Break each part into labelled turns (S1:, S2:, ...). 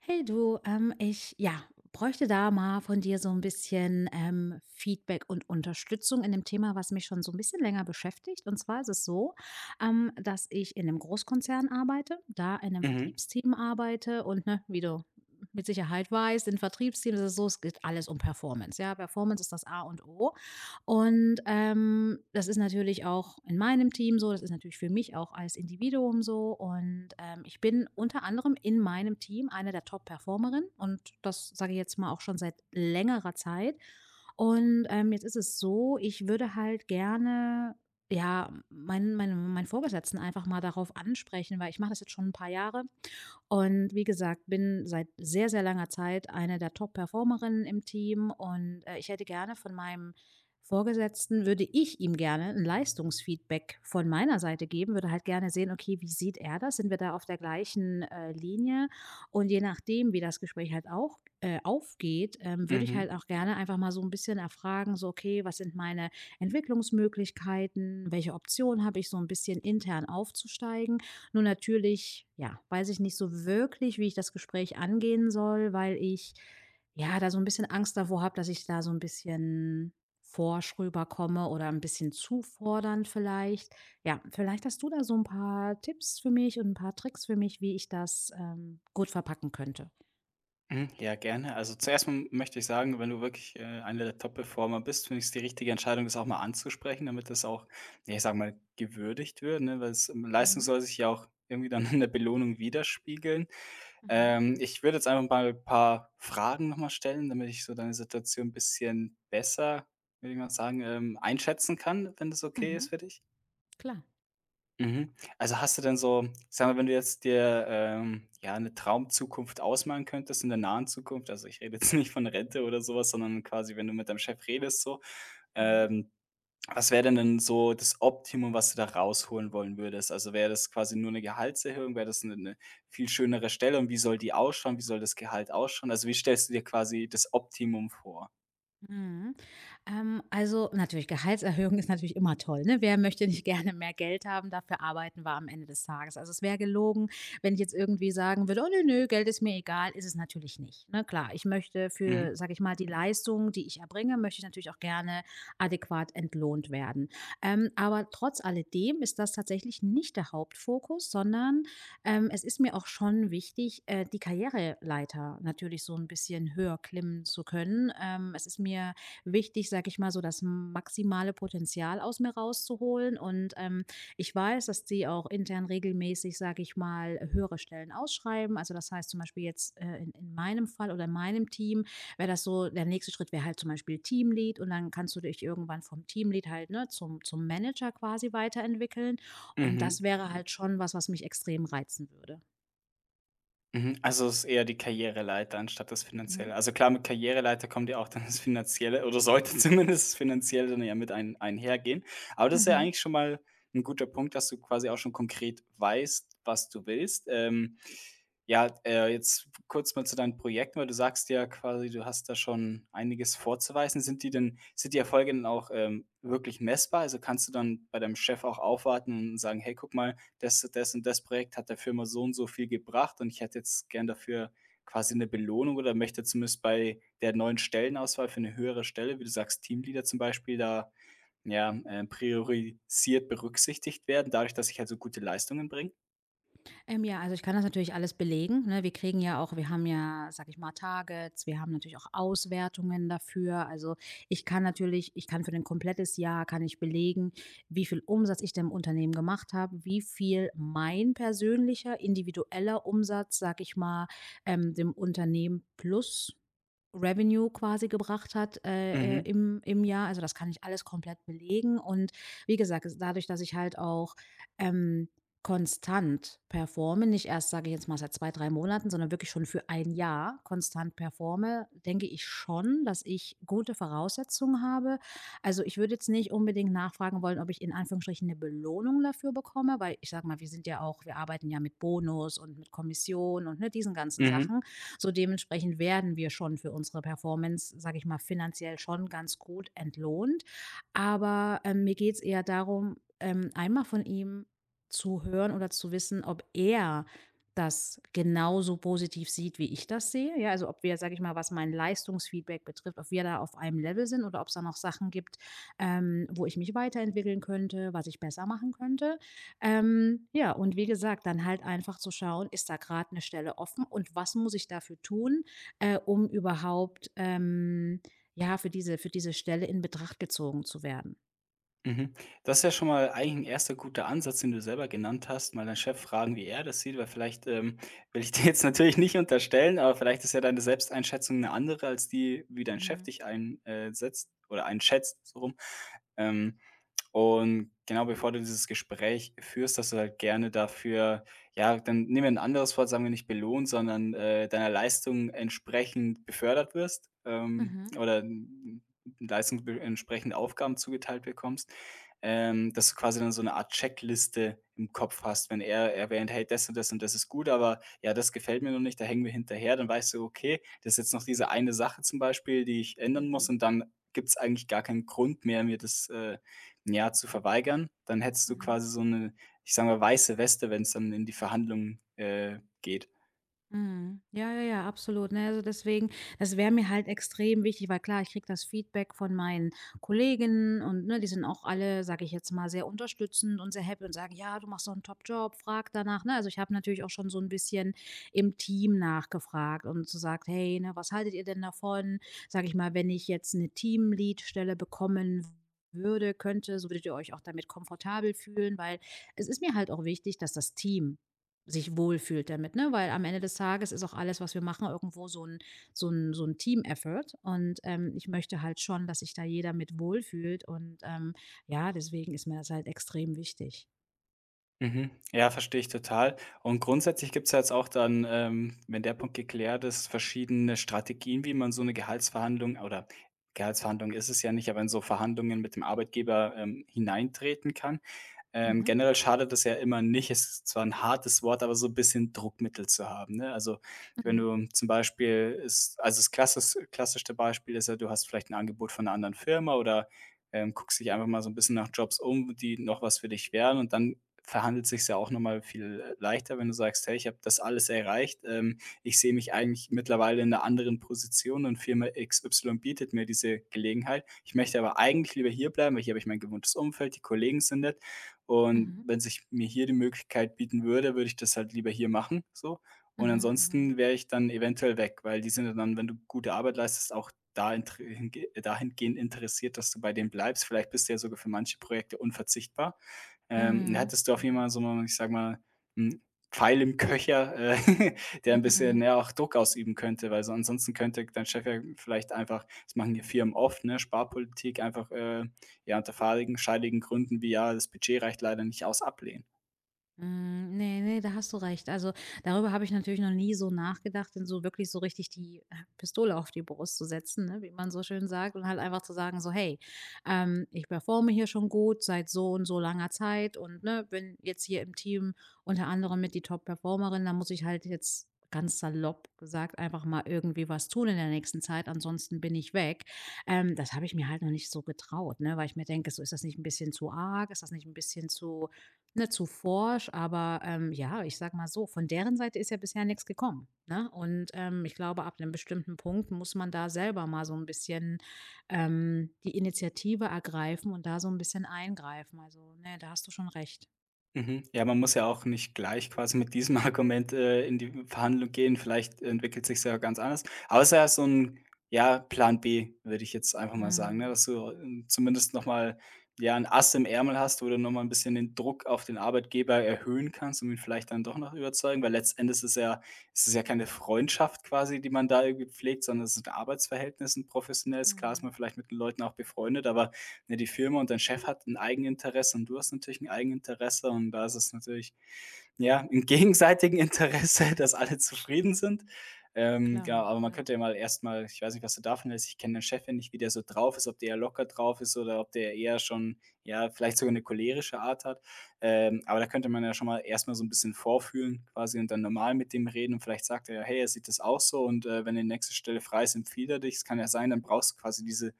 S1: Hey du, bräuchte da mal von dir so ein bisschen, Feedback und Unterstützung in dem Thema, was mich schon so ein bisschen länger beschäftigt. Und zwar ist es so, dass ich in einem Großkonzern arbeite, da in 'nem
S2: Mhm,
S1: Vertriebsteam arbeite und, ne, wie du mit Sicherheit weißt, in Vertriebsteams ist es so, es geht alles um Performance, ja? Performance ist das A und O. Und, das ist natürlich auch in meinem Team so, das ist natürlich für mich auch als Individuum so und, ich bin unter anderem in meinem Team eine der Top-Performerinnen und das sage ich jetzt mal auch schon seit längerer Zeit. Und, jetzt ist es so, ich würde halt gerne, ja, meinen Vorgesetzten einfach mal darauf ansprechen, weil ich mache das jetzt schon ein paar Jahre. Und wie gesagt, bin seit sehr, sehr langer Zeit eine der Top-Performerinnen im Team und, ich hätte gerne von meinem Vorgesetzten würde ich ihm gerne ein Leistungsfeedback von meiner Seite geben, würde halt gerne sehen, okay, wie sieht er das? Sind wir da auf der gleichen, Linie? Und je nachdem, wie das Gespräch halt auch, aufgeht, würde ich
S2: mhm,
S1: halt auch gerne einfach mal so ein bisschen erfragen, so: „Okay, was sind meine Entwicklungsmöglichkeiten? Welche Option habe ich, so ein bisschen intern aufzusteigen?“ Nur natürlich, ja, weiß ich nicht so wirklich, wie ich das Gespräch angehen soll, weil ich, ja, da so ein bisschen Angst davor habe, dass ich da so ein bisschen forsch rüberkomme oder ein bisschen zu fordernd vielleicht. Ja, vielleicht hast du da so ein paar Tipps für mich und ein paar Tricks für mich, wie ich das, gut verpacken könnte.
S2: mhm. Ja, gerne. Also zuerst mal möchte ich sagen, wenn du wirklich einer der Top-Performer bist, finde ich es die richtige Entscheidung, das auch mal anzusprechen, damit das auch, ja, ich sage mal, gewürdigt wird, ne? Weil es, Leistung
S1: Mhm,
S2: soll sich ja auch irgendwie dann in der Belohnung widerspiegeln.
S1: mhm,
S2: Ich würde jetzt einfach mal ein paar Fragen nochmal stellen, damit ich so deine Situation ein bisschen besser, würde ich mal sagen, einschätzen kann, wenn das okay ist
S1: mhm,
S2: für dich.
S1: klar,
S2: Mhm. Also, hast du denn, so sagen wir, wenn du jetzt dir, ja, eine Traumzukunft ausmalen könntest in der nahen Zukunft, also, ich rede jetzt nicht von Rente oder sowas, sondern quasi, wenn du mit deinem Chef redest so,
S1: mhm.
S2: ähm, was wäre denn so das Optimum, was du da rausholen wollen würdest? Also, wäre das quasi nur eine Gehaltserhöhung? Wäre das eine 'ne viel schönere Stelle und wie soll die ausschauen? Wie soll das Gehalt ausschauen? Also, wie stellst du dir quasi das Optimum vor?
S1: Mhm. Also natürlich, Gehaltserhöhung ist natürlich immer toll, ne? Wer möchte nicht gerne mehr Geld haben? Dafür arbeiten wir am Ende des Tages. Also es wäre gelogen, wenn ich jetzt irgendwie sagen würde, oh nö, nö, Geld ist mir egal, ist es natürlich nicht. Ne? Klar, ich möchte für,
S2: Mhm,
S1: sage ich mal, die Leistung, die ich erbringe, möchte ich natürlich auch gerne adäquat entlohnt werden. Aber trotz alledem ist das tatsächlich nicht der Hauptfokus, sondern es ist mir auch schon wichtig, die Karriereleiter natürlich so ein bisschen höher klimmen zu können. Es ist mir wichtig, sage ich mal, so das maximale Potenzial aus mir rauszuholen und, ich weiß, dass die auch intern regelmäßig, sage ich mal, höhere Stellen ausschreiben. Also, das heißt zum Beispiel jetzt, in meinem Fall oder in meinem Team wäre das so der nächste Schritt wäre halt zum Beispiel Teamlead und dann kannst du dich irgendwann vom Teamlead halt, ne, zum Manager quasi weiterentwickeln. Und
S2: mhm.
S1: das wäre halt schon was, was mich extrem reizen würde.
S2: Mhm, also es ist eher die Karriereleiter anstatt das
S1: Mhm.
S2: Finanzielle. Also klar, mit Karriereleiter kommt ja auch dann das Finanzielle oder sollte zumindest das Finanzielle dann ja mit ein einhergehen. Aber das ist ja
S1: Mhm.
S2: eigentlich schon mal ein guter Punkt, dass du quasi auch schon konkret weißt, was du willst. Ja, jetzt kurz mal zu deinen Projekten, weil du sagst ja quasi, du hast da schon einiges vorzuweisen. Sind die Erfolge denn auch, wirklich messbar? Also kannst du dann bei deinem Chef auch aufwarten und sagen: „Hey, guck mal, das und das Projekt hat der Firma so und so viel gebracht und ich hätte jetzt gern dafür quasi eine Belohnung oder möchte zumindest bei der neuen Stellenauswahl für eine höhere Stelle, wie du sagst, Teamleader zum Beispiel, da, ja, priorisiert berücksichtigt werden, dadurch, dass ich halt so gute Leistungen bringe?“
S1: Ja, also ich kann das natürlich alles belegen. Ne? Wir kriegen ja auch, wir haben ja, sag ich mal, Targets, wir haben natürlich auch Auswertungen dafür. Also ich kann natürlich, ich kann für ein komplettes Jahr, kann ich belegen, wie viel Umsatz ich dem Unternehmen gemacht habe, wie viel mein persönlicher, individueller Umsatz, sag ich mal, dem Unternehmen plus Revenue quasi gebracht hat,
S2: Mhm,
S1: im Jahr. Also, das kann ich alles komplett belegen und wie gesagt, es dadurch, dass ich halt auch, ähm, konstant performe, nicht erst, sage ich jetzt mal, seit 2 3 Monaten, sondern wirklich schon für ein Jahr konstant performe, denke ich schon, dass ich gute Voraussetzungen habe. Also, ich würde jetzt nicht unbedingt nachfragen wollen, ob ich in Anführungsstrichen eine Belohnung dafür bekomme, weil ich sage mal, wir sind ja auch wir arbeiten ja mit Bonus und mit Kommission und, ne, diesen ganzen
S2: mhm.
S1: Sachen. So dementsprechend werden wir schon für unsere Performance, sage ich mal, finanziell schon ganz gut entlohnt. Aber, mir geht es eher darum, einmal von ihm zu hören oder zu wissen, ob er das genauso positiv sieht, wie ich das sehe. Ja, also ob wir, sage ich mal, was mein Leistungsfeedback betrifft, ob wir da auf einem Level sind oder ob es da noch Sachen gibt, wo ich mich weiterentwickeln könnte, was ich besser machen könnte. Ja, und wie gesagt, dann halt einfach zu schauen, ist da gerade eine Stelle offen und was muss ich dafür tun, um überhaupt, ja, für diese Stelle in Betracht gezogen zu werden?
S2: Mhm. Das ist ja schon mal eigentlich ein erster guter Ansatz, den du selber genannt hast, mal deinen Chef fragen, wie er das sieht, weil vielleicht, will ich dir jetzt natürlich nicht unterstellen, aber vielleicht ist ja deine Selbsteinschätzung eine andere als die, wie dein Chef
S1: Mhm.
S2: dich einsetzt oder einschätzt, so rum. Ähm, und genau, bevor du dieses Gespräch führst, dass du halt gerne dafür, ja, dann nehmen wir ein anderes Wort, sagen wir nicht belohnt, sondern, deiner Leistung entsprechend befördert wirst,
S1: Mhm.
S2: oder n Leistung be entsprechend Aufgaben zugeteilt bekommst, dass du quasi dann so eine Art Checkliste im Kopf hast, wenn er erwähnt: „Hey, das und das und das ist gut, aber ja, das gefällt mir noch nicht, da hängen wir hinterher.“ Dann weißt du: „Okay, das ist jetzt noch diese eine Sache zum Beispiel, die ich ändern muss
S1: Mhm.
S2: und dann gibt es eigentlich gar keinen Grund mehr, mir das, ja, zu verweigern.“ Dann hättest du
S1: Mhm.
S2: quasi so eine, ich sage mal, weiße Weste, wenn es dann in die Verhandlungen, geht.
S1: Mhm. Ja, ja, ja, absolut. Ne, also deswegen, das wäre mir halt extrem wichtig, weil klar, ich kriege das Feedback von meinen Kollegen und ne, die sind auch alle, sage ich jetzt mal, sehr unterstützend und sehr happy und sagen, ja, du machst so einen Top-Job, frag danach. Ne? Also ich habe natürlich auch schon so ein bisschen im Team nachgefragt und so gesagt, hey, ne, was haltet ihr denn davon? Sage ich mal, wenn ich jetzt eine Teamlead-Stelle bekommen würde, könnte, so würdet ihr euch auch damit komfortabel fühlen, weil es ist mir halt auch wichtig, dass das Team sich wohlfühlt damit, ne? Weil am Ende des Tages ist auch alles, was wir machen, irgendwo so ein Team-Effort. Und, ich möchte halt schon, dass sich da jeder mit wohlfühlt und, ja, deswegen ist mir das halt extrem wichtig.
S2: Mhm. Ja, verstehe ich total. Und grundsätzlich gibt's ja jetzt auch dann, wenn der Punkt geklärt ist, verschiedene Strategien, wie man so eine Gehaltsverhandlung oder, Gehaltsverhandlung ist es ja nicht, aber in so Verhandlungen mit dem Arbeitgeber, hineintreten kann.
S1: Mhm.
S2: Generell schadet es ja immer nicht, es ist zwar ein hartes Wort, aber so ein bisschen Druckmittel zu haben, ne? Also, wenn
S1: Mhm.
S2: du zum Beispiel es, also, das klassischste Beispiel ist ja, du hast vielleicht ein Angebot von einer anderen Firma oder, guckst dich einfach mal so ein bisschen nach Jobs um, die noch was für dich wären und dann verhandelt sich's ja auch noch mal viel leichter, wenn du sagst: „Hey, ich habe das alles erreicht. Ich sehe mich eigentlich mittlerweile in einer anderen Position und Firma XY bietet mir diese Gelegenheit. Ich möchte aber eigentlich lieber hier bleiben, weil hier habe ich mein gewohntes Umfeld, die Kollegen sind nett und
S1: Mhm.
S2: wenn sich mir hier die Möglichkeit bieten würde, würde ich das halt lieber hier machen, so. Und
S1: Mhm. Mhm.
S2: ansonsten wäre ich dann eventuell weg, weil die sind ja dann, wenn du gute Arbeit leistest, auch da inter hinge dahingehend interessiert, dass du bei denen bleibst. Vielleicht bist du ja sogar für manche Projekte unverzichtbar.“
S1: Mhm.
S2: hattest du auf jeden
S1: Mhm.
S2: Fall so mal, ich sage mal, 'n Pfeil im Köcher, der ein
S1: Mhm.
S2: bisschen,
S1: Mhm.
S2: ja, auch Druck ausüben könnte, weil so ansonsten könnte dein Chef ja vielleicht einfach das machen die Firmen oft, ne, Sparpolitik einfach, ja, unter fadigen, scheidigen Gründen wie: „Ja, das Budget reicht leider nicht aus“, ablehnen.
S1: Hm, ne, ne, da hast du recht. Also, darüber habe ich natürlich noch nie so nachgedacht, denn so wirklich so richtig die Pistole auf die Brust zu setzen, ne, wie man so schön sagt, und halt einfach zu sagen, so, hey, ich performe hier schon gut seit so und so langer Zeit und ne, bin jetzt hier im Team unter anderem mit die Top-Performerin, da muss ich halt jetzt ganz salopp gesagt einfach mal irgendwie was tun in der nächsten Zeit, ansonsten bin ich weg. Das habe ich mir halt noch nicht so getraut, ne, weil ich mir denke, so ist das nicht ein bisschen zu arg, ist das nicht ein bisschen zu Ne, zu forsch, aber, ja, ich sage mal so, von deren Seite ist ja bisher nichts gekommen, ne? Und, ich glaube, ab 'nem bestimmten Punkt muss man da selber mal so ein bisschen, die Initiative ergreifen und da so ein bisschen eingreifen. Also, ne, da hast du schon recht.
S2: Mhm. Ja, man muss ja auch nicht gleich quasi mit diesem Argument, in die Verhandlung gehen. Vielleicht entwickelt sich's ja ganz anders. Aber ja, so ein, ja, Plan B, würde ich jetzt einfach mal sagen, ne?
S1: Mhm.
S2: Dass du, zumindest noch mal, ja, ein Ass im Ärmel hast, wo du noch mal 'n bisschen den Druck auf den Arbeitgeber erhöhen kannst, um ihn vielleicht dann doch noch überzeugen, weil letztendlich ist es ja ist es ist ja keine Freundschaft quasi, die man da irgendwie pflegt, sondern es ist 'n Arbeitsverhältnis, 'n professionelles. Klar ist man
S1: Mhm.
S2: vielleicht mit den Leuten auch befreundet, aber, ne, die Firma und dein Chef hat ein Eigeninteresse und du hast natürlich ein Eigeninteresse und da ist es natürlich, ja, im gegenseitigen Interesse, dass alle zufrieden sind. Genau,
S1: Klar,
S2: aber man
S1: ja.
S2: könnte ja mal erstmal, ich weiß nicht, was du davon hältst, ich kenne den Chef ja nicht, wie der so drauf ist, ob der eher locker drauf ist oder ob der eher schon, ja, vielleicht sogar eine cholerische Art hat. Aber da könnte man ja schon mal erstmal so ein bisschen vorfühlen quasi und dann normal mit dem reden und vielleicht sagt er ja: „Hey, er sieht das auch so und, wenn die nächste Stelle frei ist, empfiehlt er dich.“ Es kann ja sein, dann brauchst du quasi diese,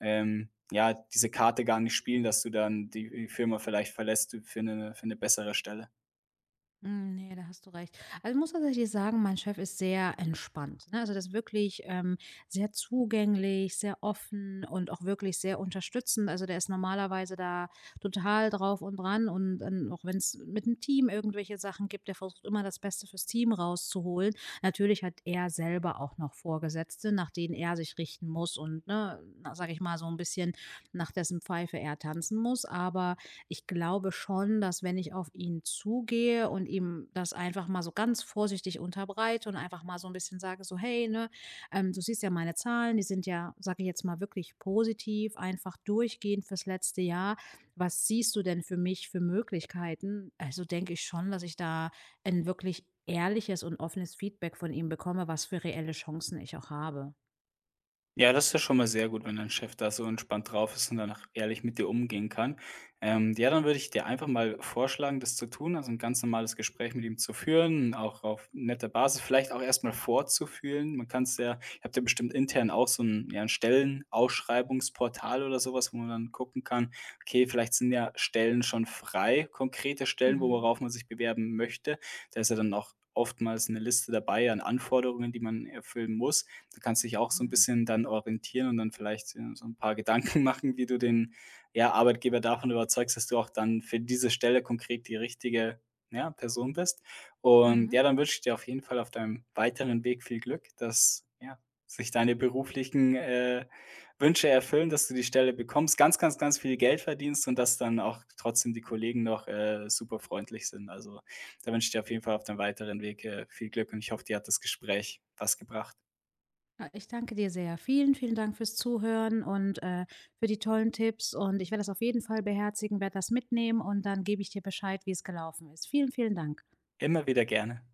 S2: ja, diese Karte gar nicht spielen, dass du dann die Firma vielleicht verlässt für eine bessere Stelle.
S1: Hm, ne, da hast du recht. Also, ich muss tatsächlich sagen, mein Chef ist sehr entspannt, ne? Also, das ist wirklich, sehr zugänglich, sehr offen und auch wirklich sehr unterstützend. Also, der ist normalerweise da total drauf und dran und dann, auch wenn es mit dem Team irgendwelche Sachen gibt, der versucht immer das Beste fürs Team rauszuholen. Natürlich hat er selber auch noch Vorgesetzte, nach denen er sich richten muss und, ne, sage ich mal, so ein bisschen nach dessen Pfeife er tanzen muss. Aber ich glaube schon, dass wenn ich auf ihn zugehe und ihm das einfach mal so ganz vorsichtig unterbreite und einfach mal so ein bisschen sage, so: „Hey, ne, du siehst ja meine Zahlen, die sind ja, sage ich jetzt mal, wirklich positiv, einfach durchgehend fürs letzte Jahr. Was siehst du denn für mich für Möglichkeiten?“ Also, denke ich schon, dass ich da ein wirklich ehrliches und offenes Feedback von ihm bekomme, was für reelle Chancen ich auch habe.
S2: Ja, das ist ja schon mal sehr gut, wenn dein Chef da so entspannt drauf ist und dann auch ehrlich mit dir umgehen kann. Ja, dann würde ich dir einfach mal vorschlagen, das zu tun, also ein ganz normales Gespräch mit ihm zu führen, auch auf netter Basis, vielleicht auch erstmal vorzufühlen. Man kann es ja, ihr habt ja bestimmt intern auch so ein, ja, ein Stellenausschreibungsportal oder sowas, wo man dann gucken kann, okay, vielleicht sind ja Stellen schon frei, konkrete Stellen,
S1: Mhm,
S2: worauf man sich bewerben möchte. Da ist ja dann auch oftmals eine Liste dabei an Anforderungen, die man erfüllen muss. Du kannst dich auch so ein
S1: mhm,
S2: bisschen dann orientieren und dann vielleicht, ja, so ein paar Gedanken machen, wie du den, ja, Arbeitgeber davon überzeugst, dass du auch dann für diese Stelle konkret die richtige, ja, Person bist. Und
S1: mhm.
S2: ja, dann wünsche ich dir auf jeden Fall auf deinem weiteren Weg viel Glück, dass, ja, sich deine beruflichen, Wünsche erfüllen, dass du die Stelle bekommst, ganz, ganz, ganz viel Geld verdienst und dass dann auch trotzdem die Kollegen noch, super freundlich sind. Also, da wünsche ich dir auf jeden Fall auf deinem weiteren Weg, viel Glück und ich hoffe, dir hat das Gespräch was gebracht.
S1: Ah, ich danke dir sehr. Vielen, vielen Dank fürs Zuhören und für die tollen Tipps. Und ich werde das auf jeden Fall beherzigen, werde das mitnehmen und dann gebe ich dir Bescheid, wie es gelaufen ist. Vielen, vielen Dank.
S2: Immer wieder gerne.